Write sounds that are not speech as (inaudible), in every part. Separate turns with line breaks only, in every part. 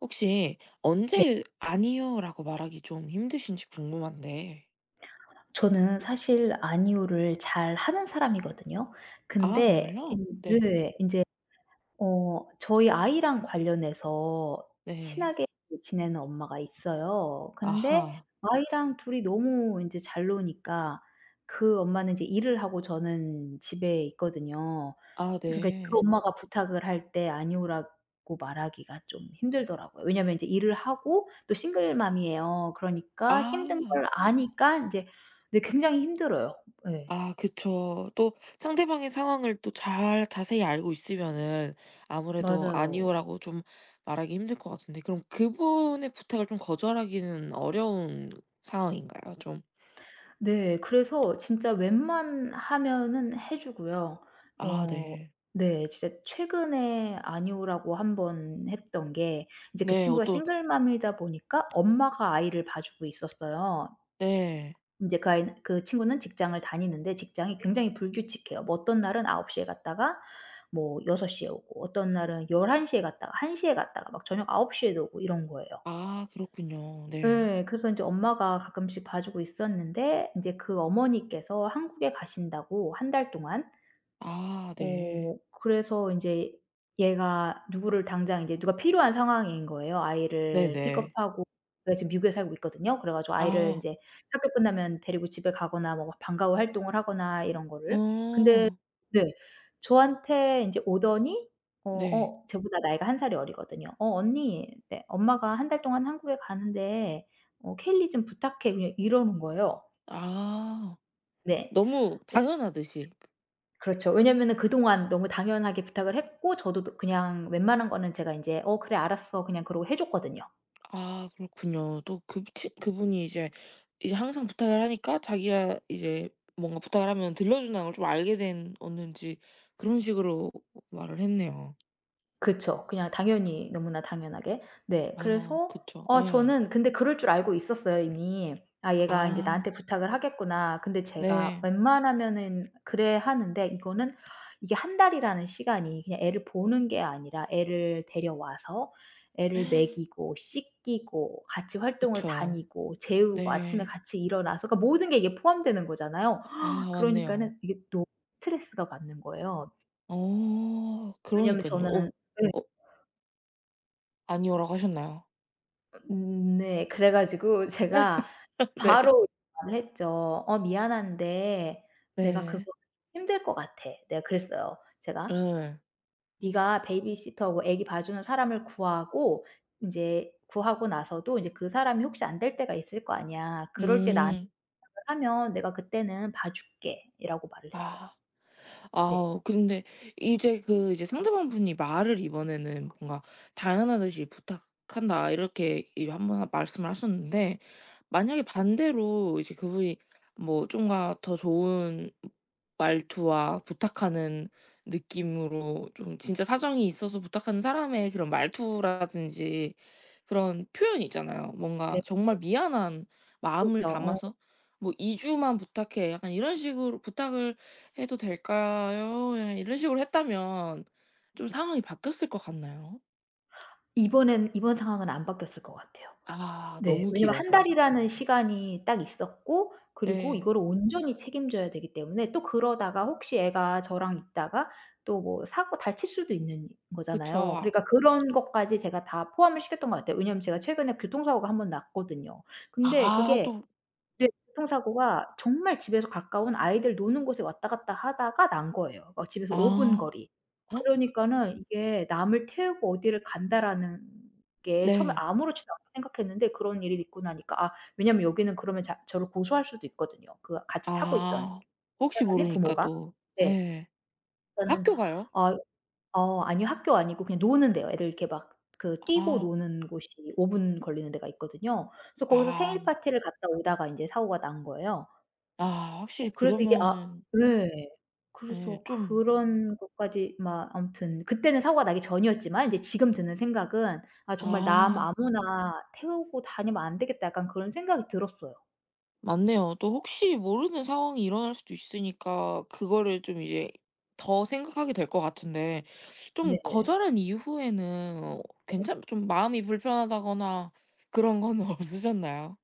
혹시
네.
언제 "아니요."라고 말하기 좀 힘드신지 궁금한데.
저는 사실 아니오를 잘하는 사람이거든요.
아
근데
정말요?
인
네.
네. 인제 저희 아이랑 관련해서
네.
친하게 지내는 엄마가 있어요. 근데
아하.
아이랑 둘이 너무 인제 잘 노니까 그 엄마는 이제 일을 하고 저는 집에 있거든요.
아
그러니까 그
네.
엄마가 부탁을 할 때 아니오라고 말하기가 좀 힘들더라고요. 왜냐면 인제 일을 하고 또 싱글맘이에요. 그러니까 힘든
아.
걸 아니까 인제 네, 굉장히 힘들어요. 예.
아 그쵸. 또 상대방의 상황을 또 잘 자세히 알고 있으면은 아무래도
맞아요.
"아니요."라고 좀 말하기 힘들 것 같은데, 그럼 그분의 부탁을 좀 거절하기는 어려운 상황인가요? 좀.
네. 그래서 진짜 웬만하면은 해 주고요.
아
어
네.
네. 진짜 최근에 아니오라고 한번 했던 게, 이제 그
네.
친구가
어떠.
싱글맘이다 보니까 엄마가 아이를 봐주고 있었어요.
네.
인제 그 아이는, 그 친구는 직장을 다니는데 직장이 굉장히 불규칙해요. 뭐 어떤 날은 9시에 갔다가 뭐6시에 오고, 어떤 날은 1 1시에 갔다가 1시에 갔다가 막 저녁 9홉시 에도 오고 이런 거예요.
아 그렇군요. 네.
예. 그래서 인제 엄마가 가끔씩 봐 주고 있었는데 인제 그 어머니께서 한국에 가신다고, 한 달 동안.
아 네.
그래서 인제 얘가 누구를 당장, 인제 누가 필요한 상황인 거예요. 아이를
네네.
픽업하고. 제가 지금 미국에 살고 있거든요. 그래 가지고 아이를
아.
인제 학교 끝나면 데리고 집에 가거나 뭐 방과후 활동을 하거나 이런 거를. 근데
어.
네. 저한테 인제 오더니,
네.
저보다 나이가 한 살이 어리거든요. "어, 언니 네 엄마가 한 달 동안 한국에 가는데 어, 케일리 좀 부탁해." 그냥 이러는 거예요.
아.
네.
너무
어
당연하듯이 그.
그렇죠. 왜냐면은 그동안 너무 당연하게 부탁을 했고 저도 그냥 웬만한 거는 제가 인제 "어 그래 알았어." 그냥 그러고 해 줬거든요.
아 그렇군요. 또 그 치 그분이 이제, 이제 항상 부탁을 하니까 자기가 이제 뭔가 부탁을 하면 들려 준다는 걸 좀 알게 된 었는지 그런 식으로 말을 했네요.
그쵸. 그냥 당연히, 너무나 당연하게. 네.
아
그래서
그쵸. 예.
저는 근데 그럴 줄 알고 있었어요 이미. '아, 얘가 인제
아
나한테 부탁을 하겠구나.' 근데 제가
네.
웬만하면은 그래 하는데, 이거는 이게 한 달이라는 시간이 그냥 애를 보는 게 아니라, 애를 데려와서 애를
(gasps)
먹이고 씻기고 같이 활동을
그쵸.
다니고 재우고 아침에
네.
같이 일어나서, 그러니까 모든 게 이게 포함되는 거잖아요.
아
(gasps)
맞네요.
그러니까는 이게 너무 스트레스가 받는 거예요.
어 그러니
왜냐면
까요 어.
저는. 예.
어 아니오라고 하셨나요?
네. 그래 가지고 제가
(laughs) 네.
바로 말을 했죠. "어, 미안한데 내가 그거
네.
힘들 것 같아." 내가 그랬어요. 제가
예.
"네가 베이비시터고, 애기 봐주는 사람을 구하고 인제 구하고 나서도 인제 그 사람이 혹시 안 될 때가 있을 거 아니야. 그럴 때 나한테
음.
연락을 하면 내가 그때는 봐줄게."이라고 말을 했어요.
아.
네.
아 근데 이제 상대방분이 말을 이번에는 뭔가 "당연하듯이 부탁한다." 이렇게 이번 말씀을 하셨는데, 만약에 반대로 이제 그분이 뭐 좀가 더 좋은 말투와 부탁하는 느낌으로 좀 진짜 사정이 있어서 부탁하는 사람의 그런 말투라든지 그런 표현이 있잖아요.
네.
뭔가 정말 미안한 마음을
그렇죠.
담아서 뭐 "2 주만 부탁해." 약간 이런 식으로 부탁을 해도 될까요? 예 이런 식으로 했다면 좀 상황이 바뀌었을 것 같나요?
이번엔, 이번 상황은 안 바뀌었을 것 같아요.
아
네.
너무
왜냐면 한
길어서요.
달이라는 시간이 딱 있었고 그리고
네,
이거를 온전히 책임져야 되기 때문에. 또 그러다가 혹시 애가 저랑 있다가 또 뭐 사고 다칠 수도 있는 거잖아요.
그쵸.
그러니까 그런 것까지 제가 다 포함을 시켰던 것 같아요. 왜냐면 제가 최근에 교통사고가 한 번 났거든요.
아 아
근데
또.
그게. 네. 교통사고가 정말 집에서 가까운 아이들 노는 곳에 왔다 갔다 하다가 난 거예요. 막 집에서 5분
아.
거리.
헉?
그러니까는 이게 '남을 태우고 어디를 간다.'라는 게 처음에
네.
아무렇지도 않게 생각했는데, 그런 일이 있고 나니까. 아, 왜냐면 여기는 그러면 자 저를 고소할 수도 있거든요, 그 같이 타고 있던
아 혹시
사람의
모르니까
부모가.
또.
네.
예.
그러니까는.
학교가요?
아 어어 아니요. 학교 아니고 그냥 노는 데요. 애들 이렇게 막, 그 뛰고
아.
노는 곳이 5분 걸리는 데가 있거든요. 그래서 거기서
아.
생일 파티를 갔다 오다가 인제 사고가 난 거예요.
아 확실히
그래서 이게.
그러면은.
네.
예
그래서
좀.
그런 것까지 막 아무튼 그때는 사고가 나기 전이었지만, 이제 지금 드는 생각은 '아, 정말 남
아.
아무나 태우고 다니면 안 되겠다.' 약간 그런 생각이 들었어요.
맞네요. 또 혹시 모르는 상황이 일어날 수도 있으니까 그거를 좀 이제 더 생각하게 될 것 같은데, 좀
네.
거절한 이후에는 어
네.
괜찮 좀 마음이 불편하다거나 그런 건 (laughs) 없으셨나요?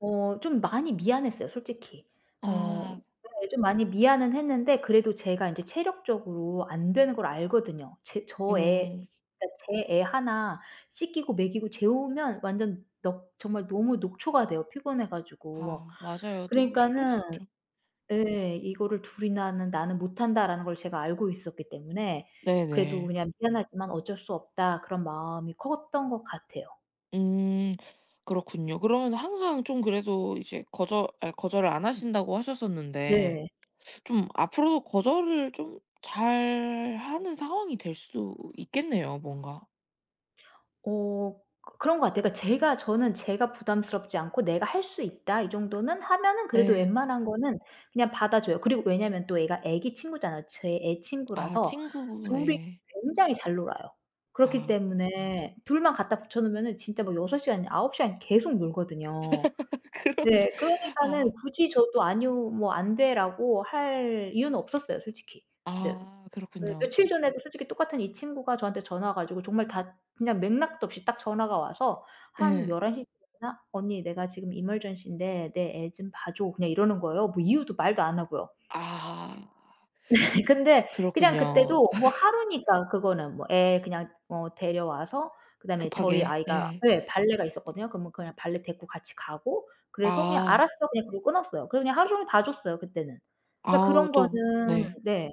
좀 많이 미안했어요 솔직히. 어
아.
네, 좀 많이 미안은 했는데, 그래도 제가 인제 체력적으로 안 되는 걸 알거든요. 제 저 애
음.
진짜 제 애 하나 씻기고 먹이고 재우면 완전 넋, 정말 너무 녹초가 돼요 피곤해 가지고.
아 맞아요. 또 힘들 수
그러니까는
있죠.
예, 이거를 둘 이나 하는 '나는 못한다.'라는 걸 제가 알고 있었기 때문에 그래도
네네.
그냥 '미안하지만 어쩔 수 없다.' 그런 마음이 컸던 것 같아요.
음 그렇군요. 그러면 항상 좀 그래도 이제 거절을 안 하신다고 하셨었는데,
네.
좀 앞으로도 거절을 좀 잘하는 상황이 될 수 있겠네요 뭔가.
어 그런 것 같아요. 그러니까 제가, 저는 제가 부담스럽지 않고 '내가 할 수 있다.' 이 정도는 하면은 그래도
네.
웬만한 거는 그냥 받아줘요. 그리고 왜냐면 또 얘가 애기 친구잖아요. 제 애
아
친구라서
친구분
둘이
네.
굉장히 잘 놀아요. 그렇기
아
때문에 둘만 갖다 붙여 놓으면은 진짜 뭐 6 시간, 9 시간 계속 놀거든요.
(laughs) 그런.
네.
아
그러니까는 굳이 저도 "아니요. 뭐 안 돼."라고 할 이유는 없었어요 솔직히. 네.
아
네.
그렇군요.
며칠 전에도 솔직히 똑같은 이 친구가 저한테 전화 와 가지고, 정말 다 그냥 맥락도 없이 딱 전화가 와서 한
네.
11 시쯤이나 "언니, 내가 지금 emergency 인데 내 애 좀 봐 줘." 그냥 이러는 거예요. 뭐 이유도 말도 안 하고요.
아
(laughs) 근데 그냥
그렇군요.
그때도 뭐
(laughs)
하루니까 그거는 뭐 애 그냥 데려와서, 그다음에 저희
급하게.
아이가
네.
예 발레가 있었거든요. 그러면 그냥 발레 데리고 같이 가고, 그래서 그냥
아.
"알았어." 그냥 그러고 끊었어요. 그리고 그냥 하루 종일 봐 줬어요 그때는. 그러니까
아우
그런
또.
거는.
네.
네.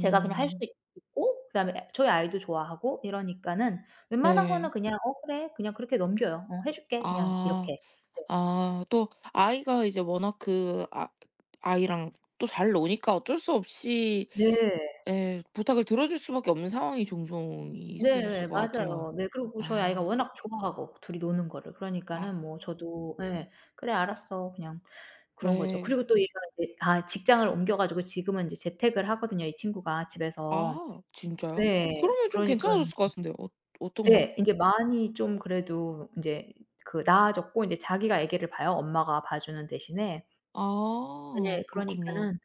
제가 그냥 할 수도 있고, 그다음에 저희 아이도 좋아하고 이러니까는 웬만한 거는
네.
그냥 "어 그래." 그냥 그렇게 넘겨요. "어, 해 줄게." 그냥
아.
이렇게.
아 또 아이가 이제 워낙 아이랑 또 잘 노니까 어쩔 수 없이.
네.
예. 부탁을 들어줄 수밖에 없는 상황이 종종
네.
있으셨을
네
것 같아요.
맞아요. 네, 그리고 저희 아이가
아.
워낙 좋아하고 둘이 노는 거를. 그러니까는 뭐
아.
저도 예. "그래 알았어." 그냥 그런 거죠.
네.
그리고 또 얘가 이제, 직장을 옮겨 가지고 지금은 이제 재택을 하거든요, 이 친구가 집에서.
아 진짜요? 어
네.
그러면 좀
그러니깐
괜찮아졌을 것 같은데 어 어떤가요?
네. 인제 많이 좀 그래도, 인제 그 나아졌고 인제 자기가 아기를 봐요, 엄마가 봐주는 대신에. 네.
아 그렇군요.
그러니까는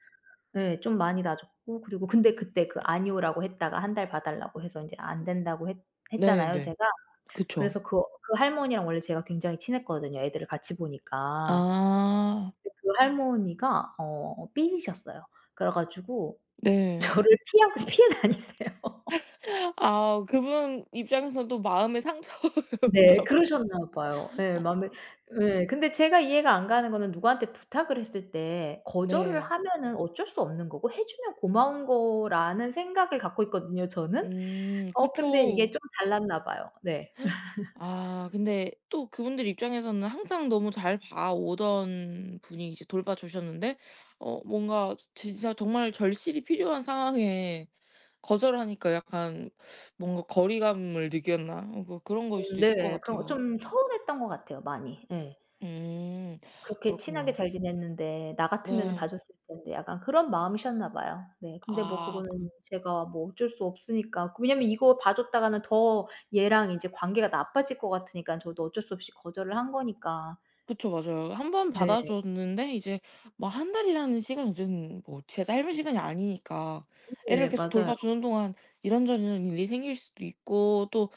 예, 좀 많이 낮았고. 그리고 근데 그때 그 아니오라고 했다가, 한 달 봐 달라고 해서 인제 안 된다고 했, 했잖아요
네네.
제가.
그쵸.
그래서 그, 그 할머니랑 원래 제가 굉장히 친했거든요 애들을 같이 보니까.
아
근데 그 할머니가 삐지셨어요. 그래 가지고 (laughs)
네.
저를 피하고 피해 다니세요.
(laughs) 아 그분 입장에서도또 마음의
(laughs)
상처였나
네.
봐요.
그러셨나 봐요. 예. 마음에.
아
예. 근데 제가 이해가 안 가는 거는 누구한테 부탁을 했을 때 거절을
네.
하면은 어쩔 수 없는 거고, 해 주면 고마운 거라는 생각을 갖고 있거든요 저는. 근데 이게
그쵸.
좀 달랐나 봐요. 네.
아 근데 또 그분들 입장에서는 항상 너무 잘 봐오던 분이 이제 돌봐 주셨는데 어 뭔가 진짜 정말 절실히 필요한 상황에 거절하니까 약간 뭔가 거리감을 느꼈나? 어 뭐 그런 거일 수도 있을 것
네. 그런 거
같아요.
좀 서운했던 것 같아요 많이. 예.
음.
그렇게 친하게
그렇군요.
잘 지냈는데 나 같으면은 봐
네.
줬을 텐데, 약간 그런 마음이셨나 봐요. 네. 근데 뭐
아. 그.
그거는 제가 뭐 어쩔 수 없으니까. 왜냐면 이거 봐 줬다가는 더 얘랑 인제 관계가 나빠질 것 같으니까 저도 어쩔 수 없이 거절을 한 거니까.
그쵸. 맞아요. 한 번 받아
네.
줬는데 이제 뭐 한 달이라는 시간은 이제는 뭐 진짜 짧은 시간이 아니니까
네
애를 계속
맞아요.
돌봐 주는 동안 이런저런 일이 생길 수도 있고, 또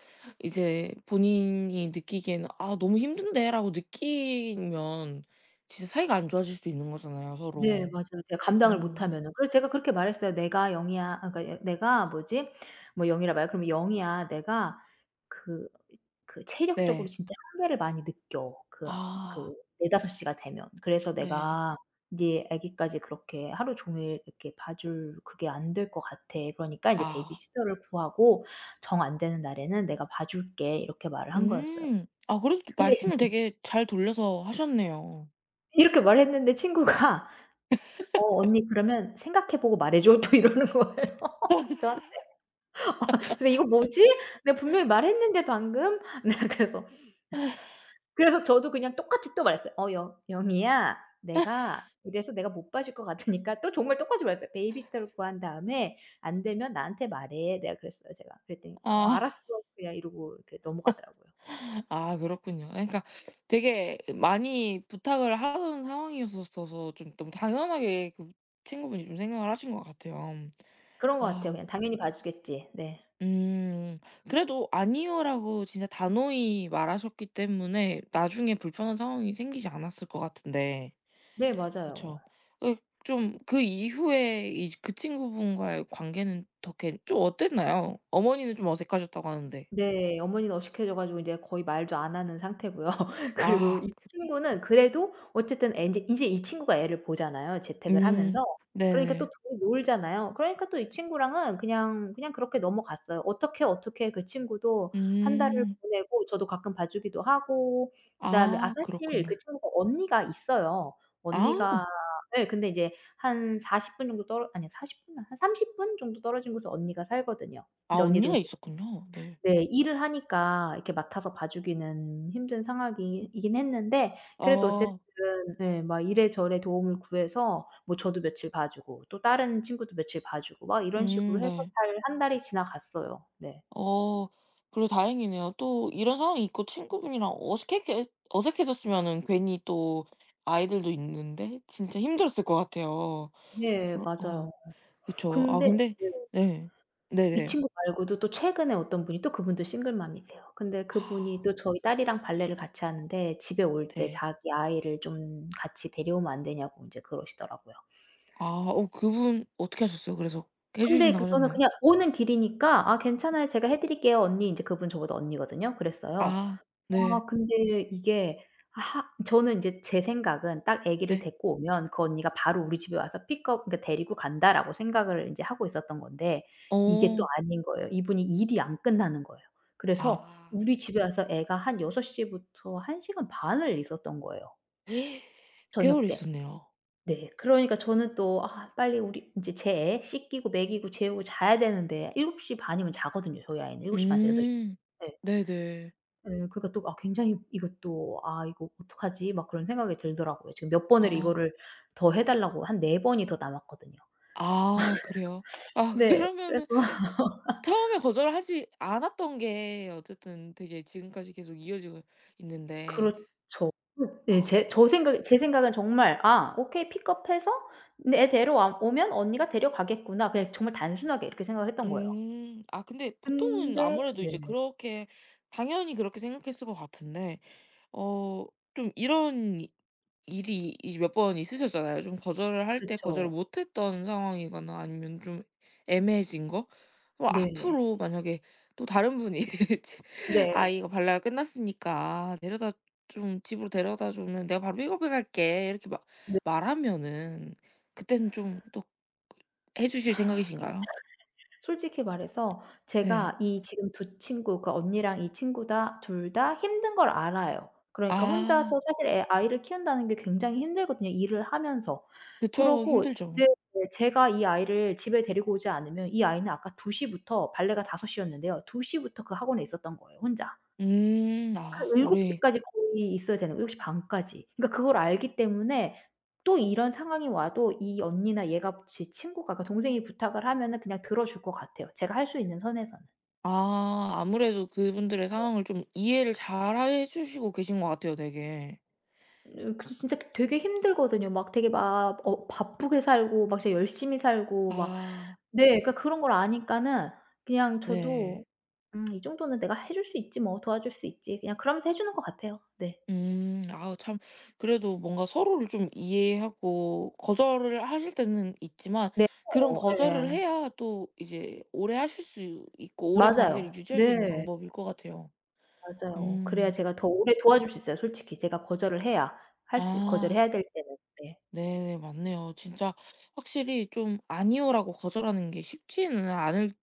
이제 본인이 느끼기에는 '아 너무 힘든데.'라고 느끼면 진짜 사이가 안 좋아질 수도 있는 거잖아요
네
서로.
맞아요. 제가 감당을
음.
못하면은. 그래서 제가 그렇게 말했어요. "내가 영 이야." 아, 그러니까 "내가" 뭐지? 뭐영 이라 말해요. 그러면 이야. 내가 그 그 체력적으로
네.
진짜 한계를 많이 느껴. 그
아.
그 4~5 시가 되면. 그래서
네.
내가 이제 아기까지 그렇게 하루 종일 이렇게 봐줄, 그게 안 될 것 같아. 그러니까 이제
아.
베이비시터를 구하고 "정 안 되는 날에는 내가 봐 줄게." 이렇게 말을 한 거였어요.
음. 아 그래도
(laughs) 근데
말씀을 되게 잘 돌려서 하셨네요.
이렇게 말했는데 친구가 (laughs) "어, 언니 그러면 생각해 보고 말해 줘." 또 이러는 거예요. (laughs) 저한테. 아, 근데 이거 뭐지? 내가 분명히 말했는데 방금. (laughs) 네, 그래서. 그래서 저도 그냥 똑같이 또 말했어요. "어 영 영희야, 내가 이래서 내가 못 봐줄 것 같으니까" 또 정말 똑같이 말했어요. "베이비시터를 구한 다음에 안 되면 나한테 말해." 내가 그랬어요 제가. 그랬더니 "어,
아.
알았어." 그냥 이러고 이렇게 넘어가더라고요.
아 그렇군요. 아 그러니까 되게 많이 부탁을 하던 상황이었어서 너무 당연하게 그 친구분이 좀 생각을 하신 것 같아요.
그런 것 같아요.
아.
그냥 '당연히 봐주겠지.' 네.
음. 그래도 "아니요."라고 진짜 단호히 말하셨기 때문에 나중에 불편한 상황이 생기지 않았을 것 같은데.
네 맞아요.
그쵸. 예 좀 그 이후에 이 그 친구분과의 관계는 더 괜 좀 어땠나요? 어머니는 좀 어색하셨다고 하는데.
네. 어머니는 어식해져 가지고 인제 거의 말도 안 하는 상태고요. (laughs) 그리고
아
이
그.
친구는 그래도 어쨌든 앤제 이제 이 친구가 애를 보잖아요, 재택을 하면서.
음.
그러니까 또
네네.
둘이 놀잖아요. 그러니까 또 이 친구랑은 그냥, 그냥 그렇게 넘어갔어요. 어떻게, 어떻게 그 친구도 한 달을
음.
보내고 저도 가끔 봐 주기도 하고. 그다음에, 아,
아
사실 그
그렇군요.
친구가 언니가 있어요. 언니가
아.
예 근데 이제 한 40 분 정도 떨어, 아니, 사십 분, 한 삼십 분 정도 떨어진 곳에 언니가 살거든요.
아
근데 언니도
언니가
인제
있었군요. 네.
네, 일을 하니까 이렇게 맡아서 봐주기는 힘든 상황이 긴 했는데, 그래도 어쨌든
아.
예 막 이래저래 도움을 구해서 뭐 저도 며칠 봐주고 또 다른 친구도 며칠 봐주고 막 이런 식으로 해서
네.
잘 한 달이 지나갔어요. 네.
어 그래도 다행이네요. 또 이런 상황이 있고 친구분이랑 어색해졌으면은 괜히 또 아이들도 있는데 진짜 힘들었을 것 같아요.
네.
그러 어.
맞아요.
그쵸. 아
근데
근데.
네,
네.
이
네네.
친구 말고도 또 최근에 어떤 분이, 또 그분도 싱글맘이세요. 근데 그분이
아
또 저희 딸이랑 발레를 같이 하는데, 집에 올 때
네.
자기 아이를 좀 같이 데려오면 안 되냐고 인제 그러시더라고요.
아 어 그분 어떻게 하셨어요? 그래서 해
근데
주신다고
그거는
하셨나요?
그냥 오는 길이니까 "아 괜찮아요. 제가 해 드릴게요, 언니." 인제 그분 저보다 언니거든요. 그랬어요.
아 네.
아, 근데 이게 하, 저는 인제 제 생각은 딱 아기를
네.
데리고 오면 '그 언니가 바로 우리 집에 와서 픽업, 그러니까 데리고 간다.'라고 생각을 인제 하고 있었던 건데, 이게 또
어.
아닌 거예요. 이분이 일이 안 끝나는 거예요. 그래서
아
우리 집에 와서 애가 한 6 시부터 1 시간 반을 있었던 거예요,
(gasps) 꽤
저녁
오래
때.
있었네요.
네. 그러니까 저는 또 '아 빨리 우리 인제 제 애 씻기고 먹이고 재우고 자야 되는데' 7시 반 이면 자거든요 저희 아이는. 7시 반에서8
음.
0 예.
네네.
예. 그러니까 또 아, 굉장히 이것도 '아 이거 어떡하지?' 막 그런 생각이 들더라고요. 지금 몇 번을
아.
이거를 더 해 달라고, 한 4 번이 더 남았거든요.
아 그래요? 아
네.
(laughs)
그래서
그러면은
(laughs)
처음에 거절하지 않았던 게 어쨌든 되게 지금까지 계속 이어지고 있는데.
그렇죠. 네.
아.
제 저 생각, 제 생각엔 정말 '아 오케이. 픽업해서 내 애 데려와, 오면 언니가 데려가겠구나.' 그냥 정말 단순하게 이렇게 생각을 했던 거예요.
음. 아 근데 보통은
근데
아무래도
네.
이제 그렇게 당연히 그렇게 생각했을 것 같은데. 어 좀 일이 몇 번 있으셨잖아요. 좀 거절을 할 때 거절을
그쵸.
못 했던 상황이거나 아니면 좀 애매해진 거. 그럼
네.
앞으로 만약에 또 다른 분이 (laughs)
네.
아 이거 발라가 끝났으니까 데려다 좀 집으로 데려다 주면 내가 바로 픽업해 갈게." 이렇게 막
네.
말하면은 그때는 좀 또 해 주실 생각이신가요?
솔직히 말해서
네.
제가 이 지금 두 친구, 그 언니랑 이 친구 다 둘 다 힘든 걸 알아요. 그러니까
아
혼자서 사실 애, 아이를 키운다는 게 굉장히 힘들거든요, 일을 하면서.
그쵸.
그러고
힘들죠.
네. 네, 제가 이 아이를 집에 데리고 오지 않으면 이 아이는 아까 2 시부터, 발레가 5 시였는데요. 2 시부터 그 학원에 있었던 거예요, 혼자.
음. 아
7시
오래.
까지 거의 있어야 되는, 7시 반 까지. 그러니까 그걸 알기 때문에 또 이런 상황이 와도 이 언니나 얘가, 지 친구가, 그러니까 동생이 부탁을 하면은 그냥 들어줄 것 같아요, 제가 할 수 있는 선에서는.
아 아무래도 그분들의 상황을 좀 이해를 잘 해 주시고 계신 것 같아요 되게.
으 그 진짜 되게 힘들거든요. 막 되게 막 바쁘게 살고 막 진짜 열심히 살고 막.
아
네, 그러니까 그런 걸 아니까는 그냥 저도
네.
'음, 이 정도는 내가 해줄 수 있지 뭐. 도와줄 수 있지.' 그냥 그러면서 해 주는 것 같아요. 네.
음. 아 참 그래도 뭔가 서로를 좀 이해하고 거절을 하실 때는 있지만
네.
그런 거절을
예.
해야 또 이제 오래 하실 수 있고 오랜
맞아요.
관계를 유지할 수 있는
네.
방법일 것 같아요.
맞아요. 그래야
음.
제가 더 오래 도와줄 수 있어요 솔직히. 제가 거절을 해야, 할 수, 거절을
아
해야 될 때는. 네.
네네 맞네요. 진짜 확실히 좀 아니오라고 거절하는 게 쉽지는 않을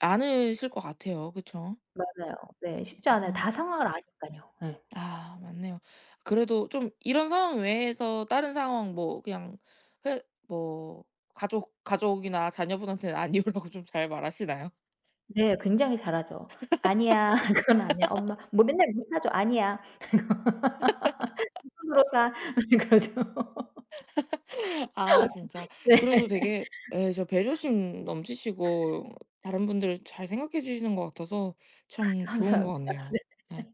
않으실 것 같아요. 그쵸?
맞아요. 네. 쉽지 않아요. 다
아.
상황을 아니깐요. 예.
아 맞네요. 그래도 좀 이런 상황 외에서 다른 상황 뭐 그냥 회 뭐 가족이나 자녀분한테는 아니오라고 (laughs) 좀 잘 말하시나요?
네. 굉장히 잘하죠. "아니야. (laughs) 그건 아니야." 엄마 뭐 맨날 못 사죠. "아니야. 손으로 사." (laughs) 그러죠.
(laughs) 아 진짜.
네.
그래도 되게 예 저 배려심 넘치시고 다른 분들을 잘 생각해 주시는 것 같아서 참 좋은 것
감사합니다. 네.
같네요. 네.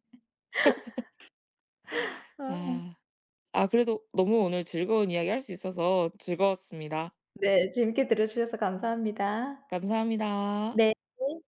아,
아. 아 그래도 너무 오늘 즐거운 이야기 할 수 있어서 즐거웠습니다.
네. 재밌게 들어 주셔서 감사합니다.
감사합니다.
네.